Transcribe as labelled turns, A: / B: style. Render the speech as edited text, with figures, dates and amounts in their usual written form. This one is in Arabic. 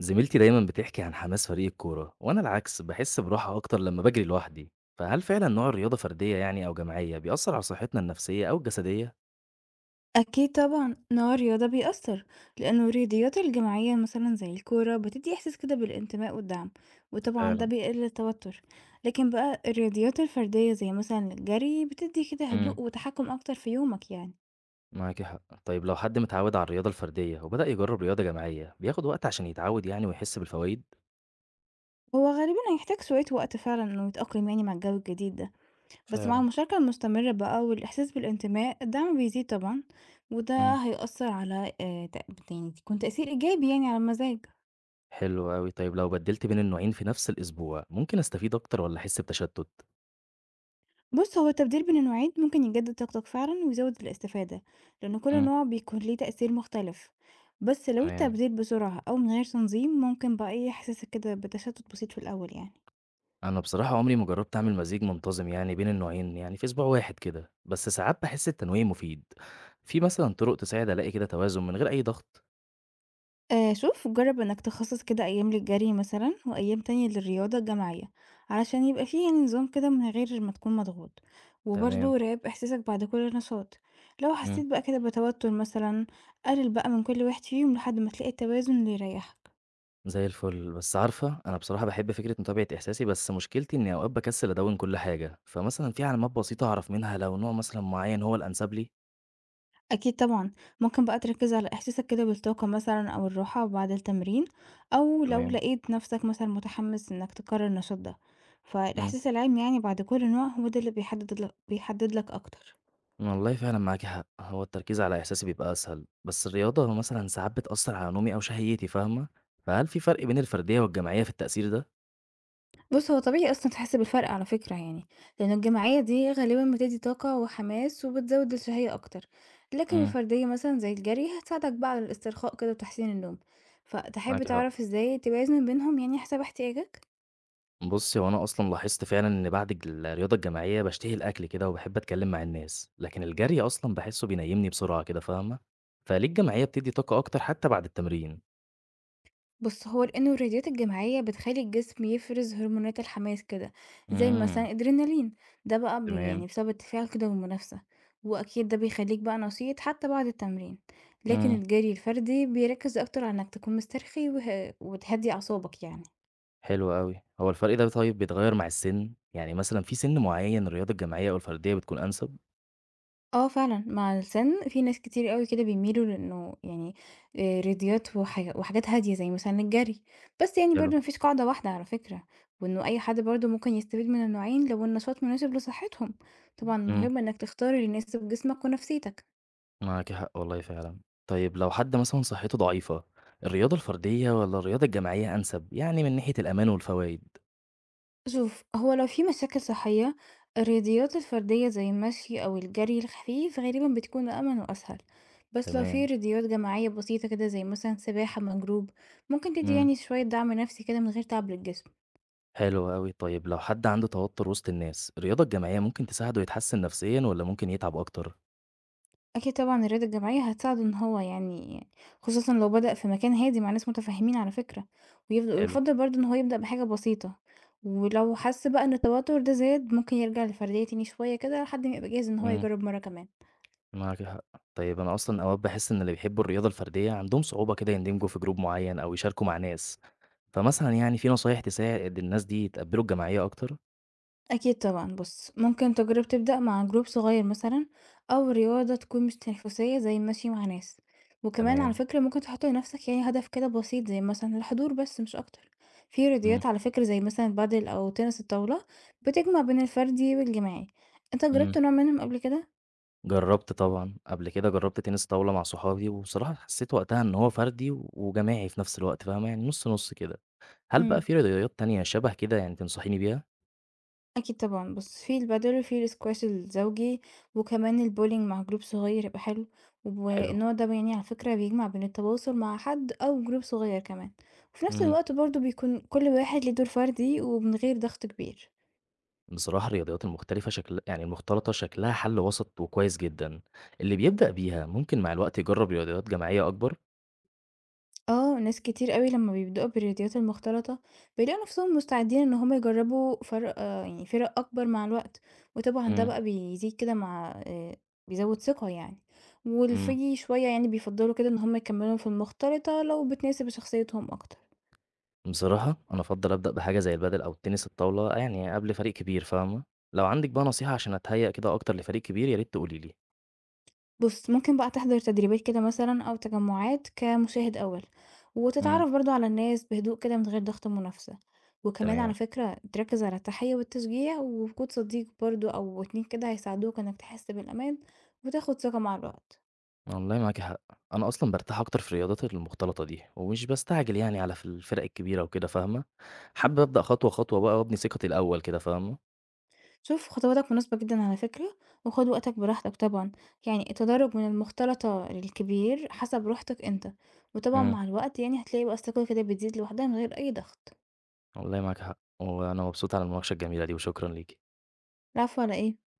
A: زميلتي دايما بتحكي عن حماس فريق الكورة وأنا العكس بحس براحة أكتر لما بجري لوحدي. فهل فعلا نوع الرياضة فردية أو جماعية بيأثر على صحتنا النفسية أو الجسدية؟
B: أكيد طبعًا، إن هو الرياضة بيأثّر، لإنه الرياضيات الجماعية مثلًا زي الكورة بتدّي إحساس كده بالانتماء والدعم، وطبعًا ده
A: فعلا.
B: بيقلل التوتر، لكن بقى الرياضيات الفردية زي مثلًا الجري بتدّي كده
A: امم
B: هدوء وتحكُّم أكتر في يومك يعني،
A: معاكي حق. طيب لو حد متعود على الرياضة الفردية وبدأ يجرب رياضة جماعية بياخد وقت عشان يتعود ويحس بالفوائد؟
B: هو غالبًا هيحتاج شوية وقت فعلًا إنه يتأقلم يعني مع الجو الجديد ده، بس مع
A: فعلا.
B: المشاركة المستمرة بقى والإحساس بالانتماء الدعم بيزيد طبعًا، وده
A: امم
B: هيأثّر على ت يعني يكون تأثير إيجابي يعني على المزاج.
A: حلو أوي. طيب لو بدلت بين النوعين في نفس الأسبوع ممكن أستفيد أكتر ولا أحس بتشتت؟
B: بص هو التبديل بين النوعين ممكن يجدد طاقتك فعلا ويزود الاستفادة لأن كل
A: امم
B: نوع بيكون ليه تأثير مختلف، بس لو
A: تمام.
B: التبديل بسرعة أو من غير تنظيم ممكن بقى إيه يحسسك كده بتشتت بسيط في الأول يعني.
A: أنا بصراحة عمري ما جرّبت أعمل مزيج منتظم بين النوعين، يعني في أسبوع واحد كده، بس ساعات باحس التنويع مفيد. في مثلًا طرق تساعد ألاقي كده توازن من غير أي ضغط؟
B: آه شوف، جرب إنك تخصص كده أيام للجري مثلا وأيام تانية للرياضة الجماعية علشان يبقى فيه يعني نظام كده من غير ما تكون مضغوط،
A: تمام،
B: وبرضه راقب إحساسك بعد كل نشاط. لو
A: إمم،
B: حسيت بقى كده بتوتر مثلا قلل بقى من كل واحد فيهم لحد ما تلاقي التوازن اللي يريحك.
A: زي الفل. بس عارفة، أنا بصراحة باحب فكرة متابعة إحساسي، بس مشكلتي إني أوقات باكسّل أدوِّن كل حاجة، فمثلًا في علامات بسيطة أعرف منها لو نوع مثلًا معيّن هو الأنسب لي؟
B: أكيد طبعًا، ممكن بقى تركّز على إحساسك كده بالطاقة مثلًا أو الراحة بعد التمرين، أو لو
A: تمام،
B: لقيت نفسك مثلًا متحمس إنك تكرر النشاط ده،
A: إمم.
B: فالإحساس العام يعني بعد كل نوع هو ده اللي بيحدد لك أكتر.
A: والله فعلًا معاكِ حق، هو التركيز على إحساسي بيبقى أسهل، بس الرياضة مثلًا ساعات بتأثّر على نومي أو شهيتي، فاهمة؟ فهل في فرق بين الفردية والجماعية في التأثير
B: بُص، هو طبيعي أصلًا تحس بالفرق على فكرة يعني، لأن الجماعية دي غالبًا بتدّي طاقة وحماس وبتزود الشهية أكتر، لكن
A: ده؟
B: الفردية مثلًا زي الجري هتساعدك بقى على الاسترخاء كده وتحسين النوم، فتحب
A: معاكِ حق.
B: تعرف إزاي توازن بينهم يعني حسب احتياجك؟
A: بُصّي، هو أنا أصلًا لاحظت فعلًا إن بعد الرياضة الجماعية باشتهي الأكل كده وباحب أتكلّم مع الناس، لكن الجري أصلًا باحسّه بينيّمني بسرعة كده، فاهمة؟ فليه الجماعية بتدّي طاقة أكتر حتى بعد التمرين؟
B: بُص، هو لإنه الرياضيات الجماعية بتخلّي الجسم يفرز هرمونات الحماس كده، زي مثلًا
A: إمم،
B: الأدرينالين، ده بقى
A: تمام،
B: يعني بسبب التفاعل كده والمنافسة، وأكيد ده بيخلّيك بقى نشيط حتى بعد التمرين، لكن
A: إمم،
B: الجري الفردي بيركّز أكتر على إنك تكون مسترخي وتهدّي أعصابك يعني.
A: حلو أوي. هو الفرق ده طيب بيتغيّر مع السِن؟ يعني مثلًا في سِن معيّن الرياضة الجماعية أو الفردية بتكون أنسب؟
B: آه فعلًا، مع السن في ناس كتير أوي كده بيميلوا لإنه يعني رياضيات وحاجات هادية زي مثلًا الجري، بس يعني
A: حلو،
B: برضه ما فيش قاعدة واحدة على فكرة، وإنه أي حد برضه ممكن يستفيد من النوعين لو النشاط مناسب لصحتهم، طبعًا
A: إمم،
B: المهم إنك تختار اللي يناسب جسمك ونفسيتك.
A: معاكِ حق والله فعلًا. طيب لو حد مثلًا صحّته ضعيفة، الرياضة الفردية والّا الرياضة الجماعية أنسب، يعني من ناحية الأمان والفوايد؟
B: شوف، هو لو في مشاكل صحية الرياضيات الفردية زي المشي أو الجري الخفيف غالبًا بتكون أأمن وأسهل، بس لو في
A: تمام،
B: رياضيات جماعية بسيطة كده زي مثلًا سباحة مع جروب ممكن تدي
A: إمم.
B: يعني شوية دعم نفسي كده من غير تعب للجسم.
A: حلو أوي. طيب لو حد عنده توتر وسط الناس، الرياضة الجماعية ممكن تساعده يتحسن نفسيًا والّا ممكن يتعب أكتر؟
B: أكيد طبعًا الرياضة الجماعية هتساعده إن هو يعني، خصوصًا لو بدأ في مكان هادي مع ناس متفهمين على فكرة،
A: حلو.
B: ويُفضّل برضه إن هو يبدأ بحاجة بسيطة، ولو حس بقى إن التوتر ده زاد ممكن يرجع للفردية تاني شوية كده لحد ما يبقى جاهز إن هو
A: إمم،
B: يجرب مرة كمان.
A: معاكِ حق. طيب أنا أصلًا أوقات باحس إن اللي بيحبوا الرياضة الفردية عندهم صعوبة كده يندمجوا في جروب معين أو يشاركوا مع ناس، فمثلًا في نصايح تساعد الناس دي يتقبلوا الجماعية أكتر؟
B: أكيد طبعًا، بُص ممكن تجرب تبدأ مع جروب صغير مثلًا، أو رياضة تكون مش تنافسية زي المشي مع ناس، وكمان على
A: تمام.
B: فكرة ممكن تحط لنفسك يعني هدف كده بسيط زي مثلًا الحضور بس مش أكتر. في
A: إمم،
B: رياضيات على فكرة زي مثلًا البادل أو تنس الطاولة بتجمع بين الفردي والجماعي، أنت جربت
A: إمم.
B: نوع منهم قبل كده؟
A: جربت طبعًا. قبل كده جربت تنس طاولة مع صحابي وبصراحة حسيت وقتها إن هو فردي وجماعي في نفس الوقت، فاهمة؟ يعني نُص نُص كده. هل بقى
B: إمم.
A: في رياضيات تانية شبه كده يعني تنصحيني بيها؟
B: أكيد طبعًا، بُص في البادل وفي الاسكواش الزوجي، وكمان البولينج مع جروب صغير هيبقى حلو،
A: حلو.
B: والنوع ده يعني على فكرة بيجمع بين التواصل مع حد أو جروب صغير كمان، وفي نفس
A: إمم.
B: الوقت برضه بيكون كل واحد ليه دور فردي ومن غير ضغط كبير.
A: بصراحة الرياضيات المختلفة شكل يعني المختلطة شكلها حل وسط وكويس جدًا. اللي بيبدأ بيها ممكن مع الوقت يجرّب رياضيات جماعية أكبر؟
B: آه، ناس كتير أوي لمّا بيبدؤوا بالرياضيات المختلطة بيلاقوا نفسهم مستعدين إن هُم يجربوا فرق آه، يعني فرق أكبر مع الوقت، وطبعًا ده
A: إمم،
B: بقى بيزيد كده مع بيزود ثقة يعني، واللي
A: إمم.
B: في شوية يعني بيفضّلوا كده إن هُم يكمّلوا في المختلطة لو بتناسب شخصيتهم أكتر.
A: بصراحة أنا أفضّل أبدأ بحاجة زي البادل أو التنس الطاولة قبل فريق كبير، فاهمة؟ لو عندِك بقى نصيحة عشان أتهيأ كده أكتر لفريق كبير يا ريت تقولي لي.
B: بُص، ممكن بقى تحضر تدريبات كده مثلًا أو تجمعات كمشاهد أول،
A: إمم.
B: وتتعرف برضه على الناس بهدوء كده من غير ضغط منافسة، وكمان
A: تمام.
B: على فكرة تركز على التحية والتشجيع، ووجود صديق برضه أو 2 كده هيساعدوك إنك تحس بالأمان وتاخد ثقة مع الوقت.
A: والله معاكِ حق. أنا أصلًا بارتاح أكتر في الرياضات المختلطة دي، ومش باستعجل على في الفرق الكبيرة وكده، فاهمة؟
B: إمم.
A: حابب أبدأ خطوة خطوة بقى وأبني ثقتي الأول كده، فاهمة؟
B: شوف خطواتك مناسبة جدًا على فكرة، وخد وقتك براحتك طبعًا، يعني التدرج من المختلطة للكبير حسب راحتك أنت، وطبعًا
A: إمم.
B: مع الوقت يعني هتلاقي بقى الثقة كده بتزيد لوحدها من غير أي ضغط.
A: والله معاك حق، وأنا مبسوط على المناقشة الجميلة دي وشكرًا ليكِ.
B: العفو على إيه؟